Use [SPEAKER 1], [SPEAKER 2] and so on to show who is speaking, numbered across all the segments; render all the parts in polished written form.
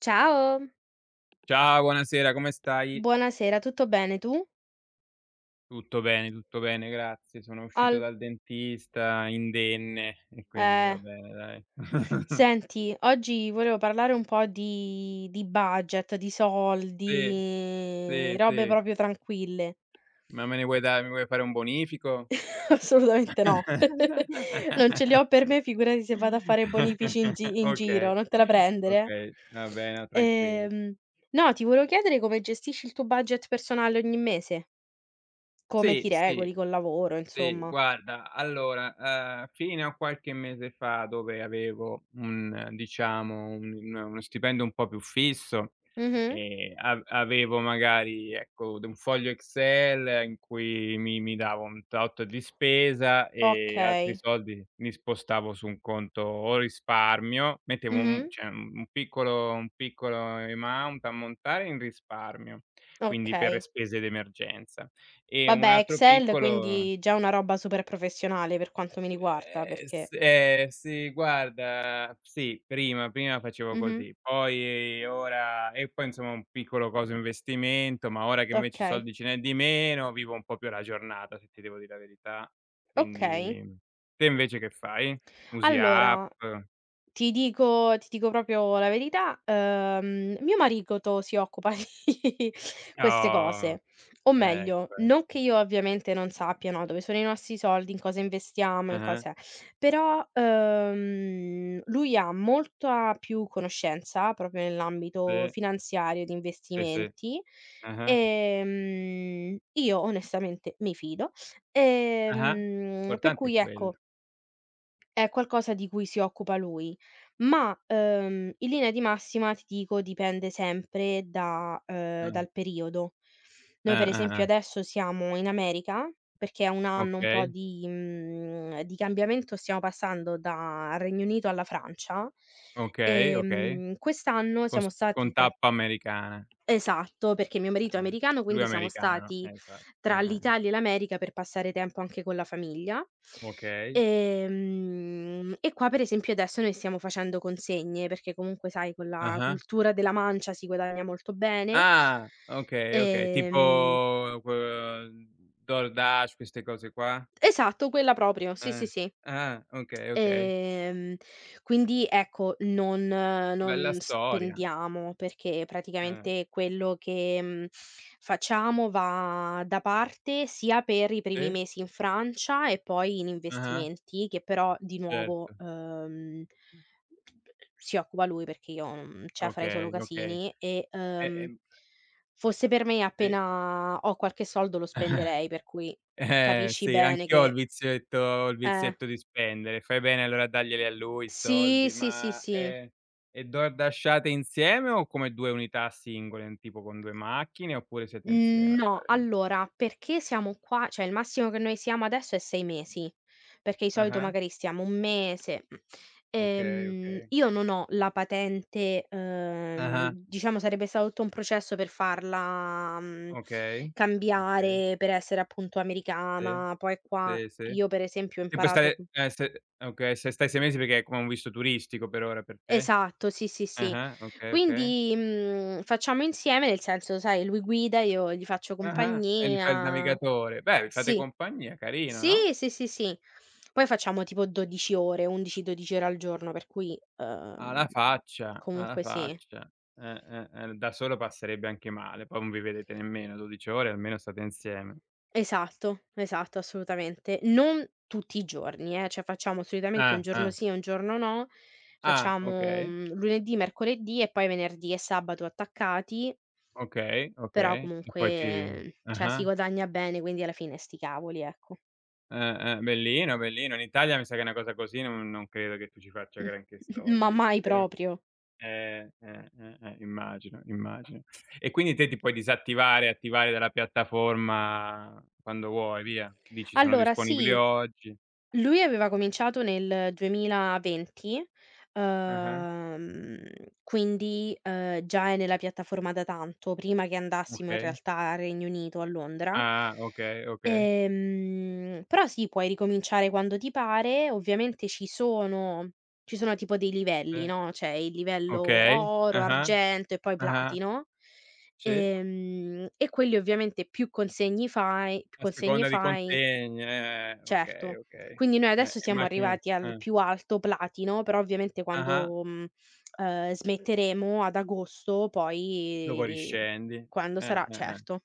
[SPEAKER 1] Ciao,
[SPEAKER 2] Ciao, buonasera, come stai?
[SPEAKER 1] buonasera, tutto bene tu?
[SPEAKER 2] Tutto bene, grazie. Sono uscito
[SPEAKER 1] Al
[SPEAKER 2] dal dentista indenne e quindi va
[SPEAKER 1] eh,
[SPEAKER 2] bene, dai.
[SPEAKER 1] senti, oggi volevo parlare un po' di budget, di
[SPEAKER 2] Sì,
[SPEAKER 1] soldi,
[SPEAKER 2] sì,
[SPEAKER 1] robe
[SPEAKER 2] sì.
[SPEAKER 1] proprio tranquille.
[SPEAKER 2] Ma me ne vuoi dare mi vuoi fare un bonifico?
[SPEAKER 1] Assolutamente no. Non ce li ho per me, figurati se vado a fare bonifici in giro,
[SPEAKER 2] Okay,
[SPEAKER 1] non te la prendere.
[SPEAKER 2] okay, va bene, tranquillo.
[SPEAKER 1] Ehm, no, Ti volevo chiedere come gestisci il tuo budget personale ogni mese, come
[SPEAKER 2] Sì,
[SPEAKER 1] ti
[SPEAKER 2] sì.
[SPEAKER 1] regoli col lavoro,
[SPEAKER 2] Sì,
[SPEAKER 1] insomma.
[SPEAKER 2] guarda, allora, fino a qualche mese fa, dove avevo un, diciamo, un uno stipendio un po' più fisso,
[SPEAKER 1] Mh-mh.
[SPEAKER 2] av avevo magari, ecco, d un foglio Excel in cui mi davo un tot di spesa e altri
[SPEAKER 1] Okay.
[SPEAKER 2] soldi li spostavo su un conto o risparmio, mettevo
[SPEAKER 1] Mh-mh.
[SPEAKER 2] un, cioè, un piccolo ammontare in risparmio, quindi per le
[SPEAKER 1] Okay.
[SPEAKER 2] spese d'emergenza, e un
[SPEAKER 1] Vabbè,
[SPEAKER 2] altro
[SPEAKER 1] Excel
[SPEAKER 2] piccolo.
[SPEAKER 1] quindi già una roba super professionale per quanto mi riguarda,
[SPEAKER 2] S
[SPEAKER 1] perché.
[SPEAKER 2] Sì, guarda, sì, prima facevo
[SPEAKER 1] Mh-mh.
[SPEAKER 2] così, poi ora e poi insomma un piccolo coso investimento, ma ora che invece i
[SPEAKER 1] Okay,
[SPEAKER 2] soldi ce n'è di meno, vivo un po' più la giornata, se ti devo dire la verità.
[SPEAKER 1] okay.
[SPEAKER 2] Quindi te invece che fai? Usi app?
[SPEAKER 1] Allora, ti dico proprio la verità. Mio marito si occupa di queste
[SPEAKER 2] Oh,
[SPEAKER 1] cose, o meglio,
[SPEAKER 2] ecco,
[SPEAKER 1] non
[SPEAKER 2] ecco.
[SPEAKER 1] che io ovviamente non sappia, no, dove sono i nostri soldi, in cosa investiamo, in
[SPEAKER 2] Ah-ah,
[SPEAKER 1] cose. Però, lui ha molta più conoscenza proprio nell'ambito
[SPEAKER 2] sì,
[SPEAKER 1] finanziario, di
[SPEAKER 2] sì, sì.
[SPEAKER 1] investimenti.
[SPEAKER 2] Ah-ah,
[SPEAKER 1] Io onestamente mi fido,
[SPEAKER 2] ah-ah.
[SPEAKER 1] per
[SPEAKER 2] L'importante è
[SPEAKER 1] cui
[SPEAKER 2] quello.
[SPEAKER 1] ecco è qualcosa di cui si occupa lui, ma, in linea di massima ti dico dipende sempre da,
[SPEAKER 2] Ah.
[SPEAKER 1] dal periodo. Noi
[SPEAKER 2] Ah,
[SPEAKER 1] per esempio
[SPEAKER 2] ah-ah.
[SPEAKER 1] adesso siamo in America, perché è un anno un po'
[SPEAKER 2] Okay,
[SPEAKER 1] di cambiamento, stiamo passando dal Regno Unito alla Francia.
[SPEAKER 2] okay, okay.
[SPEAKER 1] Quest'anno
[SPEAKER 2] Con s
[SPEAKER 1] siamo stati
[SPEAKER 2] con
[SPEAKER 1] tra.
[SPEAKER 2] tappa americana,
[SPEAKER 1] Esatto, perché mio marito è
[SPEAKER 2] eh.
[SPEAKER 1] americano,
[SPEAKER 2] Lui è
[SPEAKER 1] quindi siamo
[SPEAKER 2] americano,
[SPEAKER 1] stati
[SPEAKER 2] infatti.
[SPEAKER 1] tra
[SPEAKER 2] Eh-eh.
[SPEAKER 1] l'Italia e l'America per passare tempo anche con la famiglia.
[SPEAKER 2] Okay.
[SPEAKER 1] E qua per esempio adesso noi stiamo facendo consegne, perché comunque sai con la
[SPEAKER 2] Ah-ah.
[SPEAKER 1] cultura della mancia si guadagna molto bene.
[SPEAKER 2] Ah, okay, okay. Tipo
[SPEAKER 1] Ehm
[SPEAKER 2] que DoorDash, queste cose qua?
[SPEAKER 1] esatto, quella proprio, sì, sì,
[SPEAKER 2] Eh.
[SPEAKER 1] sì.
[SPEAKER 2] Ah, okay, okay.
[SPEAKER 1] Ehm, quindi ecco, non eh,
[SPEAKER 2] Bella
[SPEAKER 1] non
[SPEAKER 2] storia.
[SPEAKER 1] spendiamo, perché
[SPEAKER 2] Eh.
[SPEAKER 1] praticamente quello che, facciamo va da parte sia per i primi
[SPEAKER 2] Sì.
[SPEAKER 1] mesi in Francia e poi in
[SPEAKER 2] Ah-ah,
[SPEAKER 1] investimenti, che però di nuovo,
[SPEAKER 2] certo.
[SPEAKER 1] si occupa lui perché io, cioè farei solo
[SPEAKER 2] Okay, okay.
[SPEAKER 1] casini e,
[SPEAKER 2] E, ehm
[SPEAKER 1] fosse per me
[SPEAKER 2] sì.
[SPEAKER 1] appena ho qualche soldo lo spenderei, per cui capisci
[SPEAKER 2] Sì,
[SPEAKER 1] bene
[SPEAKER 2] anch'io ho il
[SPEAKER 1] che
[SPEAKER 2] vizietto ho il
[SPEAKER 1] eh,
[SPEAKER 2] vizietto di spendere. Fai bene allora a darglieli a lui i
[SPEAKER 1] sì,
[SPEAKER 2] soldi,
[SPEAKER 1] sì, sì,
[SPEAKER 2] ma,
[SPEAKER 1] sì.
[SPEAKER 2] e DoorDashate insieme o come 2 unità singole, tipo con 2 macchine, oppure siete
[SPEAKER 1] Mhmm,
[SPEAKER 2] insieme a
[SPEAKER 1] no,
[SPEAKER 2] fare?
[SPEAKER 1] Allora, perché siamo qua cioè il massimo che noi siamo adesso è 6 mesi, perché di solito
[SPEAKER 2] Ah-ah,
[SPEAKER 1] magari stiamo 1 mese.
[SPEAKER 2] okay, okay.
[SPEAKER 1] Io non ho la patente,
[SPEAKER 2] Ah-ah,
[SPEAKER 1] diciamo sarebbe stato tutto un processo per farla,
[SPEAKER 2] okay, okay,
[SPEAKER 1] cambiare per essere appunto
[SPEAKER 2] sì,
[SPEAKER 1] americana, poi qua
[SPEAKER 2] sì, sì.
[SPEAKER 1] io per esempio ho
[SPEAKER 2] E puoi
[SPEAKER 1] imparato. Cu
[SPEAKER 2] stare, se okay, se stai 6 mesi perché è come un visto turistico per ora per te?
[SPEAKER 1] Esatto, sì, sì, sì.
[SPEAKER 2] Ah-ah, okay, okay.
[SPEAKER 1] Quindi, facciamo insieme, nel senso, sai, lui guida, io gli faccio
[SPEAKER 2] Ah-ah, e gli fai il
[SPEAKER 1] compagnia.
[SPEAKER 2] navigatore. Beh, vi fate
[SPEAKER 1] Sì.
[SPEAKER 2] compagnia, carino,
[SPEAKER 1] Sì,
[SPEAKER 2] no?
[SPEAKER 1] sì, sì, sì. Poi facciamo tipo 12 ore, 11, 12 ore al giorno, per cui,
[SPEAKER 2] Alla faccia, alla
[SPEAKER 1] comunque sì.
[SPEAKER 2] faccia. Da solo passerebbe anche male, poi non vi vedete nemmeno 12 ore, almeno state insieme.
[SPEAKER 1] Esatto, esatto, assolutamente. Non tutti i giorni, cioè facciamo solitamente un giorno
[SPEAKER 2] Eh.
[SPEAKER 1] sì e un giorno no,
[SPEAKER 2] Ah,
[SPEAKER 1] facciamo,
[SPEAKER 2] okay,
[SPEAKER 1] lunedì, mercoledì e poi venerdì e sabato attaccati,
[SPEAKER 2] okay, okay.
[SPEAKER 1] però
[SPEAKER 2] E
[SPEAKER 1] comunque,
[SPEAKER 2] poi ti,
[SPEAKER 1] cioè si
[SPEAKER 2] ah-ah.
[SPEAKER 1] guadagna bene, quindi alla fine 'sti cavoli, ecco.
[SPEAKER 2] Bellino, bellino. In Italia mi sa che una cosa così non credo che tu ci faccia granché
[SPEAKER 1] Ma
[SPEAKER 2] soldi,
[SPEAKER 1] mai
[SPEAKER 2] vero?
[SPEAKER 1] proprio.
[SPEAKER 2] Immagino, immagino. E quindi te ti puoi disattivare e attivare dalla piattaforma quando vuoi, via. Dici: "Sono
[SPEAKER 1] Allora,
[SPEAKER 2] disponibile
[SPEAKER 1] sì.
[SPEAKER 2] oggi."
[SPEAKER 1] Lui aveva cominciato nel 2020,
[SPEAKER 2] Ah-ah,
[SPEAKER 1] uhm, quindi, già è nella piattaforma da tanto, prima che andassimo in
[SPEAKER 2] okay.
[SPEAKER 1] realtà al Regno Unito, a Londra.
[SPEAKER 2] Ah, okay, okay.
[SPEAKER 1] Però sì, puoi ricominciare quando ti pare, ovviamente ci sono tipo dei livelli,
[SPEAKER 2] Sì,
[SPEAKER 1] no, c'è il livello
[SPEAKER 2] okay.
[SPEAKER 1] oro,
[SPEAKER 2] Ah-ah,
[SPEAKER 1] argento e poi
[SPEAKER 2] ah-ah.
[SPEAKER 1] platino.
[SPEAKER 2] Sì,
[SPEAKER 1] E quelli ovviamente più
[SPEAKER 2] a
[SPEAKER 1] consegne
[SPEAKER 2] seconda di
[SPEAKER 1] fai.
[SPEAKER 2] consegne, okay,
[SPEAKER 1] Certo.
[SPEAKER 2] okay.
[SPEAKER 1] Quindi noi adesso siamo
[SPEAKER 2] Immagino,
[SPEAKER 1] arrivati al
[SPEAKER 2] eh,
[SPEAKER 1] più alto platino, però ovviamente
[SPEAKER 2] ah-ah,
[SPEAKER 1] quando, smetteremo ad agosto
[SPEAKER 2] dopo
[SPEAKER 1] poi
[SPEAKER 2] riscendi.
[SPEAKER 1] quando sarà
[SPEAKER 2] Eh.
[SPEAKER 1] certo.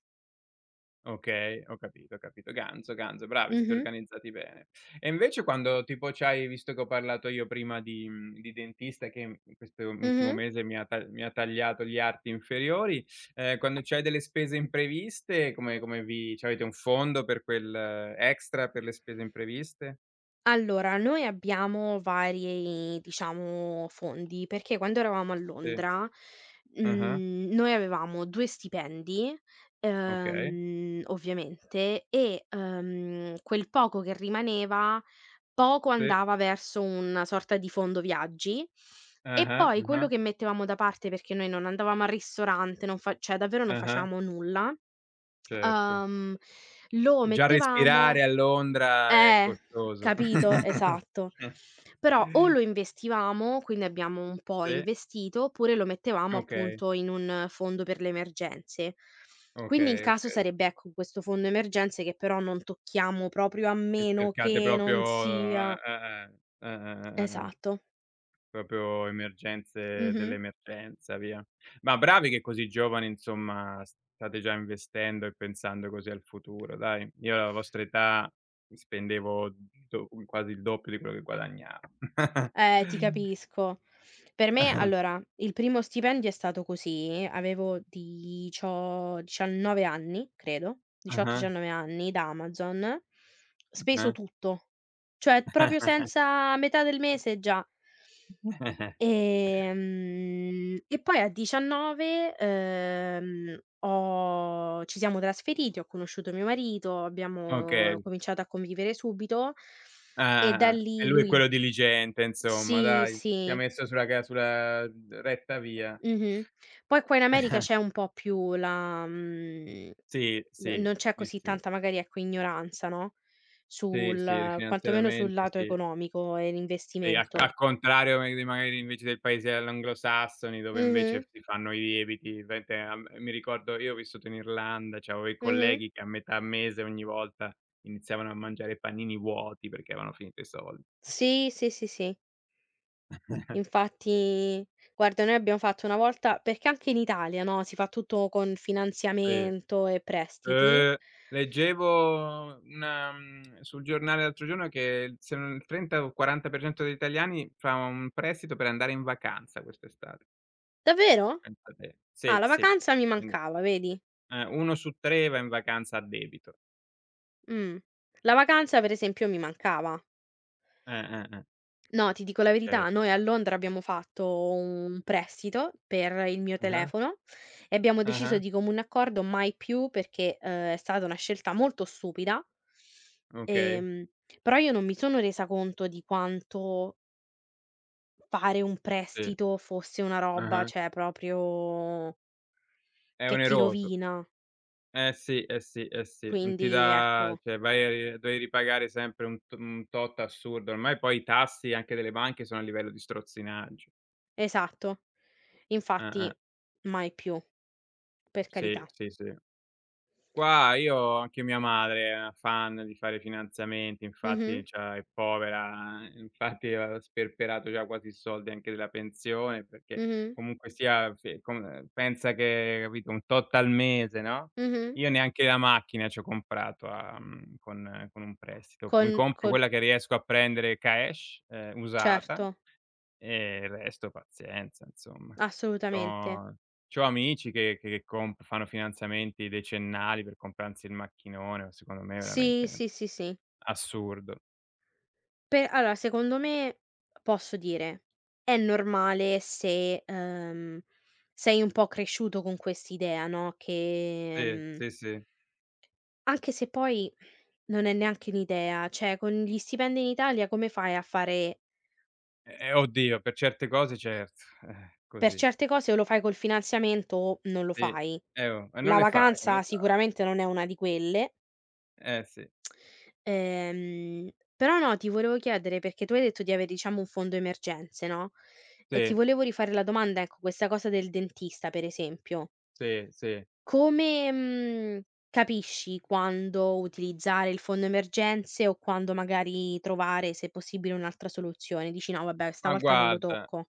[SPEAKER 2] Okay, ho capito, ho capito. Ganzo, ganzo, bravi, siete
[SPEAKER 1] Mh-mh.
[SPEAKER 2] organizzati bene. E invece quando tipo c'hai visto che ho parlato io prima di dentista che in questo ultimo
[SPEAKER 1] Mh-mh.
[SPEAKER 2] mese mi ha tagliato gli arti inferiori, quando c'hai delle spese impreviste, come come vi c'avete un fondo per quel extra, per le spese impreviste?
[SPEAKER 1] Allora, noi abbiamo vari, diciamo, fondi, perché quando eravamo a
[SPEAKER 2] Sì.
[SPEAKER 1] Londra,
[SPEAKER 2] Ah-ah,
[SPEAKER 1] noi avevamo 2 stipendi,
[SPEAKER 2] okay.
[SPEAKER 1] ovviamente, e, quel poco che rimaneva. Poco
[SPEAKER 2] Sì.
[SPEAKER 1] andava verso una sorta di fondo viaggi e
[SPEAKER 2] Ah-ah,
[SPEAKER 1] poi quello
[SPEAKER 2] ah-ah,
[SPEAKER 1] che mettevamo da parte, perché noi non andavamo al ristorante, non fa cioè davvero non
[SPEAKER 2] ah-ah,
[SPEAKER 1] facevamo nulla,
[SPEAKER 2] certo.
[SPEAKER 1] uhm, lo
[SPEAKER 2] Già respirare
[SPEAKER 1] mettevamo,
[SPEAKER 2] a Londra è
[SPEAKER 1] eh,
[SPEAKER 2] costoso.
[SPEAKER 1] capito, esatto. Però o lo investivamo, quindi abbiamo un po'
[SPEAKER 2] Sì.
[SPEAKER 1] investito, oppure lo mettevamo
[SPEAKER 2] Okay,
[SPEAKER 1] appunto in un fondo per le emergenze. Quindi in
[SPEAKER 2] okay,
[SPEAKER 1] caso
[SPEAKER 2] okay.
[SPEAKER 1] sarebbe, ecco, questo fondo emergenze che però non tocchiamo proprio a
[SPEAKER 2] E
[SPEAKER 1] meno
[SPEAKER 2] cercate
[SPEAKER 1] che
[SPEAKER 2] proprio,
[SPEAKER 1] non sia.
[SPEAKER 2] eh.
[SPEAKER 1] Esatto.
[SPEAKER 2] Proprio emergenze
[SPEAKER 1] Mh-mh.
[SPEAKER 2] dell'emergenza, via. Ma bravi che così giovani, insomma, state già investendo e pensando così al futuro, dai. Io alla vostra età spendevo, do quasi il doppio di quello che guadagnavo.
[SPEAKER 1] Ti capisco. Per me allora, il primo stipendio è stato così, avevo dicio 19 anni, credo, 18,
[SPEAKER 2] Ah-ah,
[SPEAKER 1] 19 anni da Amazon, speso
[SPEAKER 2] ah-ah.
[SPEAKER 1] tutto, cioè proprio senza a metà del mese già. E poi a 19, ho ci siamo trasferiti, ho conosciuto mio marito, abbiamo
[SPEAKER 2] Okay.
[SPEAKER 1] cominciato a convivere subito e da
[SPEAKER 2] Ah-ah, ah. E
[SPEAKER 1] lì
[SPEAKER 2] lui è
[SPEAKER 1] lui.
[SPEAKER 2] quello diligente, insomma,
[SPEAKER 1] Sì,
[SPEAKER 2] dai. Ti ha
[SPEAKER 1] sì.
[SPEAKER 2] messo sulla retta via.
[SPEAKER 1] Mh-mh. Poi qua in America c'è un po' più la mhmm,
[SPEAKER 2] Sì,
[SPEAKER 1] n
[SPEAKER 2] sì,
[SPEAKER 1] non c'è
[SPEAKER 2] sì,
[SPEAKER 1] così
[SPEAKER 2] sì.
[SPEAKER 1] tanta magari, ecco, ignoranza, no,
[SPEAKER 2] Sì, sì,
[SPEAKER 1] sul quantomeno sul
[SPEAKER 2] rifinanziariamente
[SPEAKER 1] lato
[SPEAKER 2] sì.
[SPEAKER 1] economico e
[SPEAKER 2] Sì, al
[SPEAKER 1] l'investimento.
[SPEAKER 2] al contrario, ma di magari invece del paese anglosassoni dove invece
[SPEAKER 1] Mh-mh,
[SPEAKER 2] si fanno i lieviti, veramente a me mi ricordo, io ho vissuto in Irlanda, c'avevo i
[SPEAKER 1] mh-mh.
[SPEAKER 2] colleghi che a metà mese ogni volta iniziavano a mangiare panini vuoti perché avevano finito i soldi.
[SPEAKER 1] Sì, sì, sì, sì. Infatti guarda, noi abbiamo fatto una volta perché anche in Italia, no, si fa tutto con
[SPEAKER 2] Sì.
[SPEAKER 1] finanziamento e prestiti.
[SPEAKER 2] Ehm, leggevo sul giornale l'altro giorno che se non il 30 o 40% degli italiani fa un prestito per andare in vacanza quest'estate.
[SPEAKER 1] Davvero?
[SPEAKER 2] Pensa te.
[SPEAKER 1] Ah,
[SPEAKER 2] Sì,
[SPEAKER 1] la
[SPEAKER 2] sì.
[SPEAKER 1] vacanza mi
[SPEAKER 2] Mh.
[SPEAKER 1] mancava, vedi?
[SPEAKER 2] 1 su 3 va in vacanza a debito.
[SPEAKER 1] Mh. La vacanza per esempio mi mancava.
[SPEAKER 2] Eh, eh, eh,
[SPEAKER 1] No, ti dico la
[SPEAKER 2] cer
[SPEAKER 1] verità, noi a Londra abbiamo fatto un prestito per il mio
[SPEAKER 2] ah-ah,
[SPEAKER 1] telefono e abbiamo deciso
[SPEAKER 2] ah-ah,
[SPEAKER 1] di comune accordo mai più perché, è stata una scelta molto stupida,
[SPEAKER 2] okay,
[SPEAKER 1] ehm, però io non mi sono resa conto di quanto fare un
[SPEAKER 2] sì,
[SPEAKER 1] prestito fosse una roba,
[SPEAKER 2] ah-ah.
[SPEAKER 1] cioè proprio
[SPEAKER 2] È
[SPEAKER 1] che ti
[SPEAKER 2] oneroso.
[SPEAKER 1] rovina.
[SPEAKER 2] Eh sì, eh sì, eh sì. Non ti
[SPEAKER 1] Quindi
[SPEAKER 2] dà,
[SPEAKER 1] ecco,
[SPEAKER 2] cioè, vai a ri devi ripagare sempre un tot assurdo. Ormai poi i tassi anche delle banche sono a livello di strozzinaggio.
[SPEAKER 1] esatto.
[SPEAKER 2] Eh.
[SPEAKER 1] Infatti mai più, per
[SPEAKER 2] Sì,
[SPEAKER 1] carità.
[SPEAKER 2] sì, sì. Qua io anche mia madre è una fan di fare finanziamenti,
[SPEAKER 1] Mh-mh,
[SPEAKER 2] infatti c'ha è povera, infatti ha sperperato già quasi i soldi anche della pensione, perché
[SPEAKER 1] mh-mh,
[SPEAKER 2] comunque sia, fe com pensa che, capito, un tot al mese, no,
[SPEAKER 1] mh-mh.
[SPEAKER 2] io neanche la macchina c'ho comprato con un prestito.
[SPEAKER 1] Con
[SPEAKER 2] Mi compro
[SPEAKER 1] col
[SPEAKER 2] quella che riesco a prendere cash, usata,
[SPEAKER 1] Certo,
[SPEAKER 2] e il resto pazienza, insomma.
[SPEAKER 1] assolutamente.
[SPEAKER 2] C'ho c'ho amici che comp fanno finanziamenti decennali per comprarsi il macchinone, secondo me è
[SPEAKER 1] Sì,
[SPEAKER 2] veramente
[SPEAKER 1] sì, sì, sì.
[SPEAKER 2] assurdo.
[SPEAKER 1] Pe allora secondo me, posso dire, è normale se, sei un po' cresciuto con quest'idea, no, che
[SPEAKER 2] Sì, sì, sì.
[SPEAKER 1] anche se poi non è neanche un'idea, cioè con gli stipendi in Italia come fai a fare
[SPEAKER 2] Oddio, per certe cose certo,
[SPEAKER 1] per
[SPEAKER 2] così.
[SPEAKER 1] certe cose o lo fai col finanziamento o non lo
[SPEAKER 2] Sì.
[SPEAKER 1] fai.
[SPEAKER 2] Oh, e non
[SPEAKER 1] La
[SPEAKER 2] le fai, non le
[SPEAKER 1] vacanza
[SPEAKER 2] fai.
[SPEAKER 1] sicuramente non è una di quelle.
[SPEAKER 2] Eh sì,
[SPEAKER 1] Ehm, Però no, ti volevo chiedere, perché tu hai detto di avere diciamo un fondo emergenze, no, e ti
[SPEAKER 2] sì,
[SPEAKER 1] volevo rifare la domanda, ecco, questa cosa del dentista per esempio.
[SPEAKER 2] sì, sì.
[SPEAKER 1] Come, capisci quando utilizzare il fondo emergenze o quando magari trovare, se possibile, un'altra soluzione? Dici: "No vabbè,
[SPEAKER 2] Ma
[SPEAKER 1] stavolta non lo
[SPEAKER 2] guarda
[SPEAKER 1] tocco."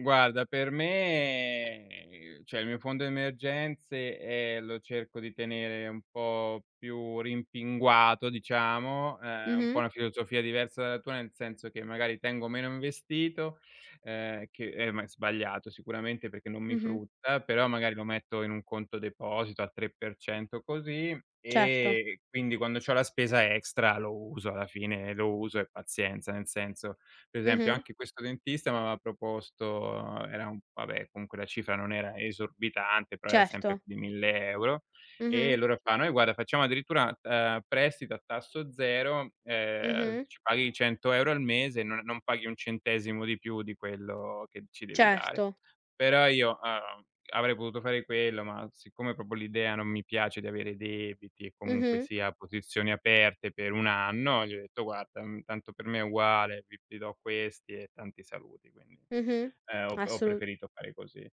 [SPEAKER 2] Guarda, per me, cioè, il mio fondo emergenze, lo cerco di tenere un po' più rimpinguato, diciamo, un po'
[SPEAKER 1] Mh-mh,
[SPEAKER 2] una filosofia diversa dalla tua, nel senso che magari tengo meno investito, che è ma è sbagliato sicuramente perché non mi
[SPEAKER 1] mh-mh,
[SPEAKER 2] frutta, però magari lo metto in un conto deposito al 3% così,
[SPEAKER 1] certo,
[SPEAKER 2] e quindi quando c'ho la spesa extra lo uso, alla fine, lo uso e pazienza, nel senso, per esempio
[SPEAKER 1] mh-mh,
[SPEAKER 2] anche questo dentista m'aveva proposto, era un, vabbè, comunque la cifra non era esorbitante, però era sempre
[SPEAKER 1] certo,
[SPEAKER 2] più di 1.000 €,
[SPEAKER 1] mh-mh,
[SPEAKER 2] e loro fa: "Noi guarda facciamo addirittura, prestito a tasso 0,
[SPEAKER 1] mh-mh,
[SPEAKER 2] ci paghi 100 € al mese e non paghi un centesimo di più di quello che ci devi dare".
[SPEAKER 1] certo,
[SPEAKER 2] Però io, avrei potuto fare quello, ma siccome proprio l'idea non mi piace di avere debiti e comunque
[SPEAKER 1] mh-mh,
[SPEAKER 2] sia posizioni aperte per 1 anno, gli ho detto: "Guarda, tanto per me è uguale, vi do questi e tanti saluti", quindi,
[SPEAKER 1] mh-mh,
[SPEAKER 2] ho
[SPEAKER 1] assolu
[SPEAKER 2] preferito fare così.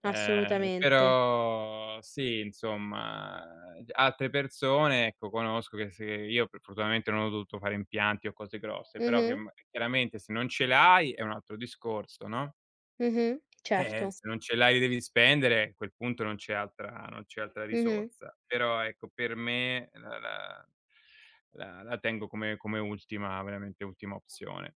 [SPEAKER 2] Ehm,
[SPEAKER 1] assolutamente.
[SPEAKER 2] però sì, insomma, altre persone, ecco, conosco che, se io per fortunatamente, non ho dovuto fare impianti o cose grosse, però, che
[SPEAKER 1] Mh-mh,
[SPEAKER 2] m chiaramente, se non ce l'hai è un altro discorso, no?
[SPEAKER 1] mh-mh, certo,
[SPEAKER 2] Se non ce l'hai, li devi spendere, a quel punto non c'è altra
[SPEAKER 1] mh-mh,
[SPEAKER 2] risorsa. Però ecco, per me la tengo come ultima, veramente ultima opzione.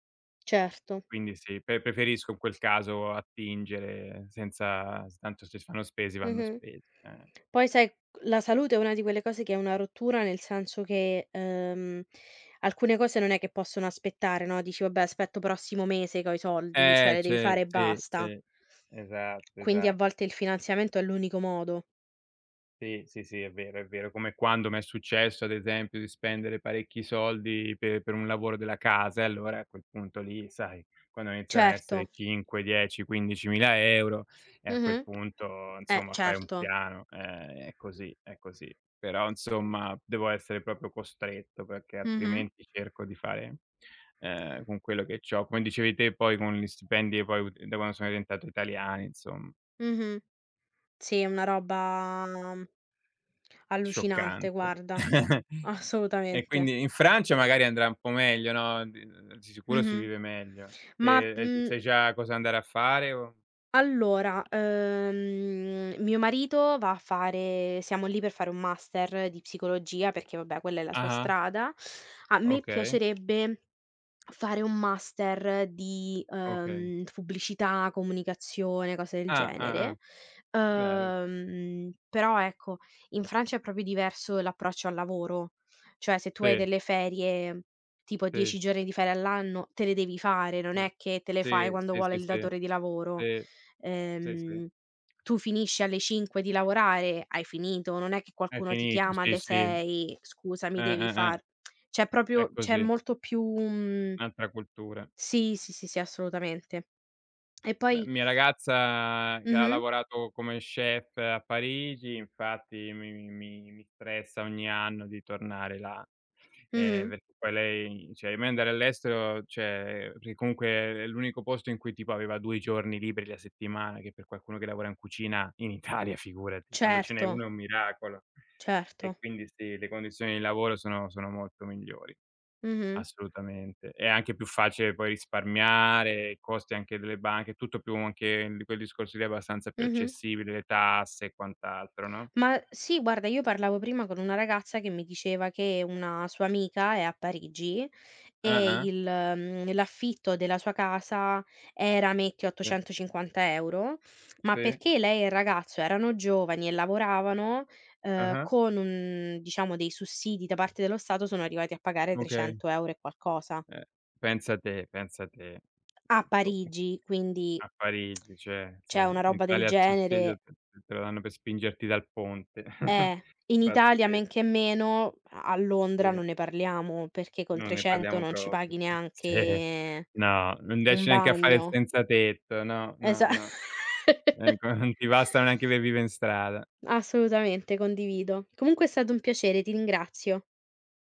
[SPEAKER 1] certo,
[SPEAKER 2] Quindi sì, preferisco in quel caso attingere, senza s tanto se si fanno spesi, vanno
[SPEAKER 1] mh-mh.
[SPEAKER 2] spesi, eh.
[SPEAKER 1] Poi sai, la salute è una di quelle cose che è una rottura, nel senso che, alcune cose non è che possono aspettare, no, dici: "Vabbè, aspetto prossimo mese che ho i soldi", cioè le devi
[SPEAKER 2] Ce
[SPEAKER 1] fare e
[SPEAKER 2] sì,
[SPEAKER 1] basta.
[SPEAKER 2] sì. Esatto,
[SPEAKER 1] Quindi a
[SPEAKER 2] esa
[SPEAKER 1] volte il finanziamento è l'unico modo.
[SPEAKER 2] sì, sì, sì, è vero, è vero. Come quando m'è successo, ad esempio, di spendere parecchi soldi pe per un lavoro della casa, e allora a quel punto lì, sai, quando iniziano a
[SPEAKER 1] Certo.
[SPEAKER 2] essere 5, 10, 15.000 € e a quel
[SPEAKER 1] Mh-mh.
[SPEAKER 2] punto,
[SPEAKER 1] Eh
[SPEAKER 2] insomma, fai un
[SPEAKER 1] certo.
[SPEAKER 2] piano. È così, è così. Però, insomma, devo essere proprio costretto perché
[SPEAKER 1] Mh-mh,
[SPEAKER 2] altrimenti cerco di fare, con quello che c'ho. Come dicevi te, poi con gli stipendi che poi ut da quando sono diventato italiano. Insom
[SPEAKER 1] mh-mh. Sì, è una roba allucinante
[SPEAKER 2] Scioccante.
[SPEAKER 1] guarda,
[SPEAKER 2] E
[SPEAKER 1] assolutamente.
[SPEAKER 2] quindi in Francia magari andrà un po' meglio, no, di sicuro si
[SPEAKER 1] Mh-mh.
[SPEAKER 2] vive meglio.
[SPEAKER 1] Ma,
[SPEAKER 2] Te,
[SPEAKER 1] mhmm
[SPEAKER 2] sai già cosa andare a fare o
[SPEAKER 1] allora, mio marito va a fare, siamo lì per fare un master di psicologia perché vabbè quella è la sua
[SPEAKER 2] ah-ah,
[SPEAKER 1] strada. A me
[SPEAKER 2] okay,
[SPEAKER 1] piacerebbe fare un master di,
[SPEAKER 2] okay.
[SPEAKER 1] pubblicità, comunicazione, cose del
[SPEAKER 2] Ah, ah, ah,
[SPEAKER 1] genere.
[SPEAKER 2] bello.
[SPEAKER 1] Però ecco, in Francia è proprio diverso l'approccio al lavoro, cioè se tu hai
[SPEAKER 2] Sì,
[SPEAKER 1] delle ferie, tipo
[SPEAKER 2] sì,
[SPEAKER 1] 10 giorni di ferie all'anno, te le devi fare, non
[SPEAKER 2] sì.
[SPEAKER 1] è che te le fai
[SPEAKER 2] Sì,
[SPEAKER 1] quando
[SPEAKER 2] sì,
[SPEAKER 1] vuole
[SPEAKER 2] sì,
[SPEAKER 1] il
[SPEAKER 2] sì,
[SPEAKER 1] datore di lavoro,
[SPEAKER 2] sì. Sì, sì.
[SPEAKER 1] ehm, tu finisci alle 5 di lavorare, hai finito, non è che
[SPEAKER 2] È
[SPEAKER 1] qualcuno ti
[SPEAKER 2] finito,
[SPEAKER 1] chiama
[SPEAKER 2] sì,
[SPEAKER 1] alle
[SPEAKER 2] sì.
[SPEAKER 1] 6: "Scusami, devi
[SPEAKER 2] Eh.
[SPEAKER 1] far." Cioè
[SPEAKER 2] È
[SPEAKER 1] proprio c'è
[SPEAKER 2] così,
[SPEAKER 1] molto più. Mhmm,
[SPEAKER 2] un'altra cultura.
[SPEAKER 1] sì, sì, sì, sì, assolutamente. E
[SPEAKER 2] La
[SPEAKER 1] poi.
[SPEAKER 2] mia ragazza che ha
[SPEAKER 1] Mh-mh,
[SPEAKER 2] lavorato come chef a Parigi infatti mi stressa ogni anno di tornare là,
[SPEAKER 1] mh-mh,
[SPEAKER 2] perché poi lei, cioè, a me andare all'estero, cioè, perché comunque è l'unico posto in cui tipo aveva 2 giorni liberi la settimana, che per qualcuno che lavora in cucina in Italia figurati, quando ce n'è
[SPEAKER 1] certo,
[SPEAKER 2] 1 è un miracolo. E
[SPEAKER 1] certo.
[SPEAKER 2] quindi sì, le condizioni di lavoro sono molto migliori.
[SPEAKER 1] Mh-mh,
[SPEAKER 2] Assolutamente. È anche più facile poi risparmiare, i costi anche delle banche, tutto, più anche di quel discorso lì è abbastanza più
[SPEAKER 1] mh-mh.
[SPEAKER 2] accessibile, le tasse e quant'altro, no?
[SPEAKER 1] Ma sì, guarda, io parlavo prima con una ragazza che mi diceva che una sua amica è a Parigi e
[SPEAKER 2] Ah-ah.
[SPEAKER 1] l'affitto della sua casa era, metti,
[SPEAKER 2] Sì.
[SPEAKER 1] 850 euro, ma
[SPEAKER 2] Sì.
[SPEAKER 1] perché lei e il ragazzo erano giovani e lavoravano,
[SPEAKER 2] Ah-ah.
[SPEAKER 1] con un, diciamo, dei sussidi da parte dello Stato sono arrivati a pagare
[SPEAKER 2] Okay.
[SPEAKER 1] 300 € e qualcosa.
[SPEAKER 2] Eh, pensa te, pensa te.
[SPEAKER 1] A
[SPEAKER 2] Boh,
[SPEAKER 1] Parigi, quindi
[SPEAKER 2] a Parigi, cioè, sì.
[SPEAKER 1] c'è una
[SPEAKER 2] In
[SPEAKER 1] roba del
[SPEAKER 2] Italia il sussidio
[SPEAKER 1] genere.
[SPEAKER 2] te lo danno per spingerti dal ponte.
[SPEAKER 1] In Italia men che
[SPEAKER 2] Pazzesco,
[SPEAKER 1] meno, a Londra
[SPEAKER 2] sì.
[SPEAKER 1] non ne parliamo, perché con
[SPEAKER 2] Non ne
[SPEAKER 1] 300
[SPEAKER 2] parliamo
[SPEAKER 1] non ci
[SPEAKER 2] proprio.
[SPEAKER 1] paghi
[SPEAKER 2] Sì.
[SPEAKER 1] neanche
[SPEAKER 2] No, non
[SPEAKER 1] un
[SPEAKER 2] riesci neanche a fare il
[SPEAKER 1] bagno.
[SPEAKER 2] senzatetto. No,
[SPEAKER 1] Esa
[SPEAKER 2] no, no. Ecco, non ti bastano neanche per vive in strada.
[SPEAKER 1] Assolutamente, condivido. Comunque è stato un piacere, ti ringrazio.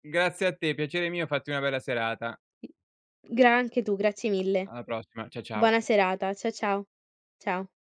[SPEAKER 2] Grazie a te, piacere mio, fatti una bella serata.
[SPEAKER 1] Gra anche tu, grazie mille.
[SPEAKER 2] Alla prossima. Ciao.
[SPEAKER 1] Buona serata. Ciao. Ciao.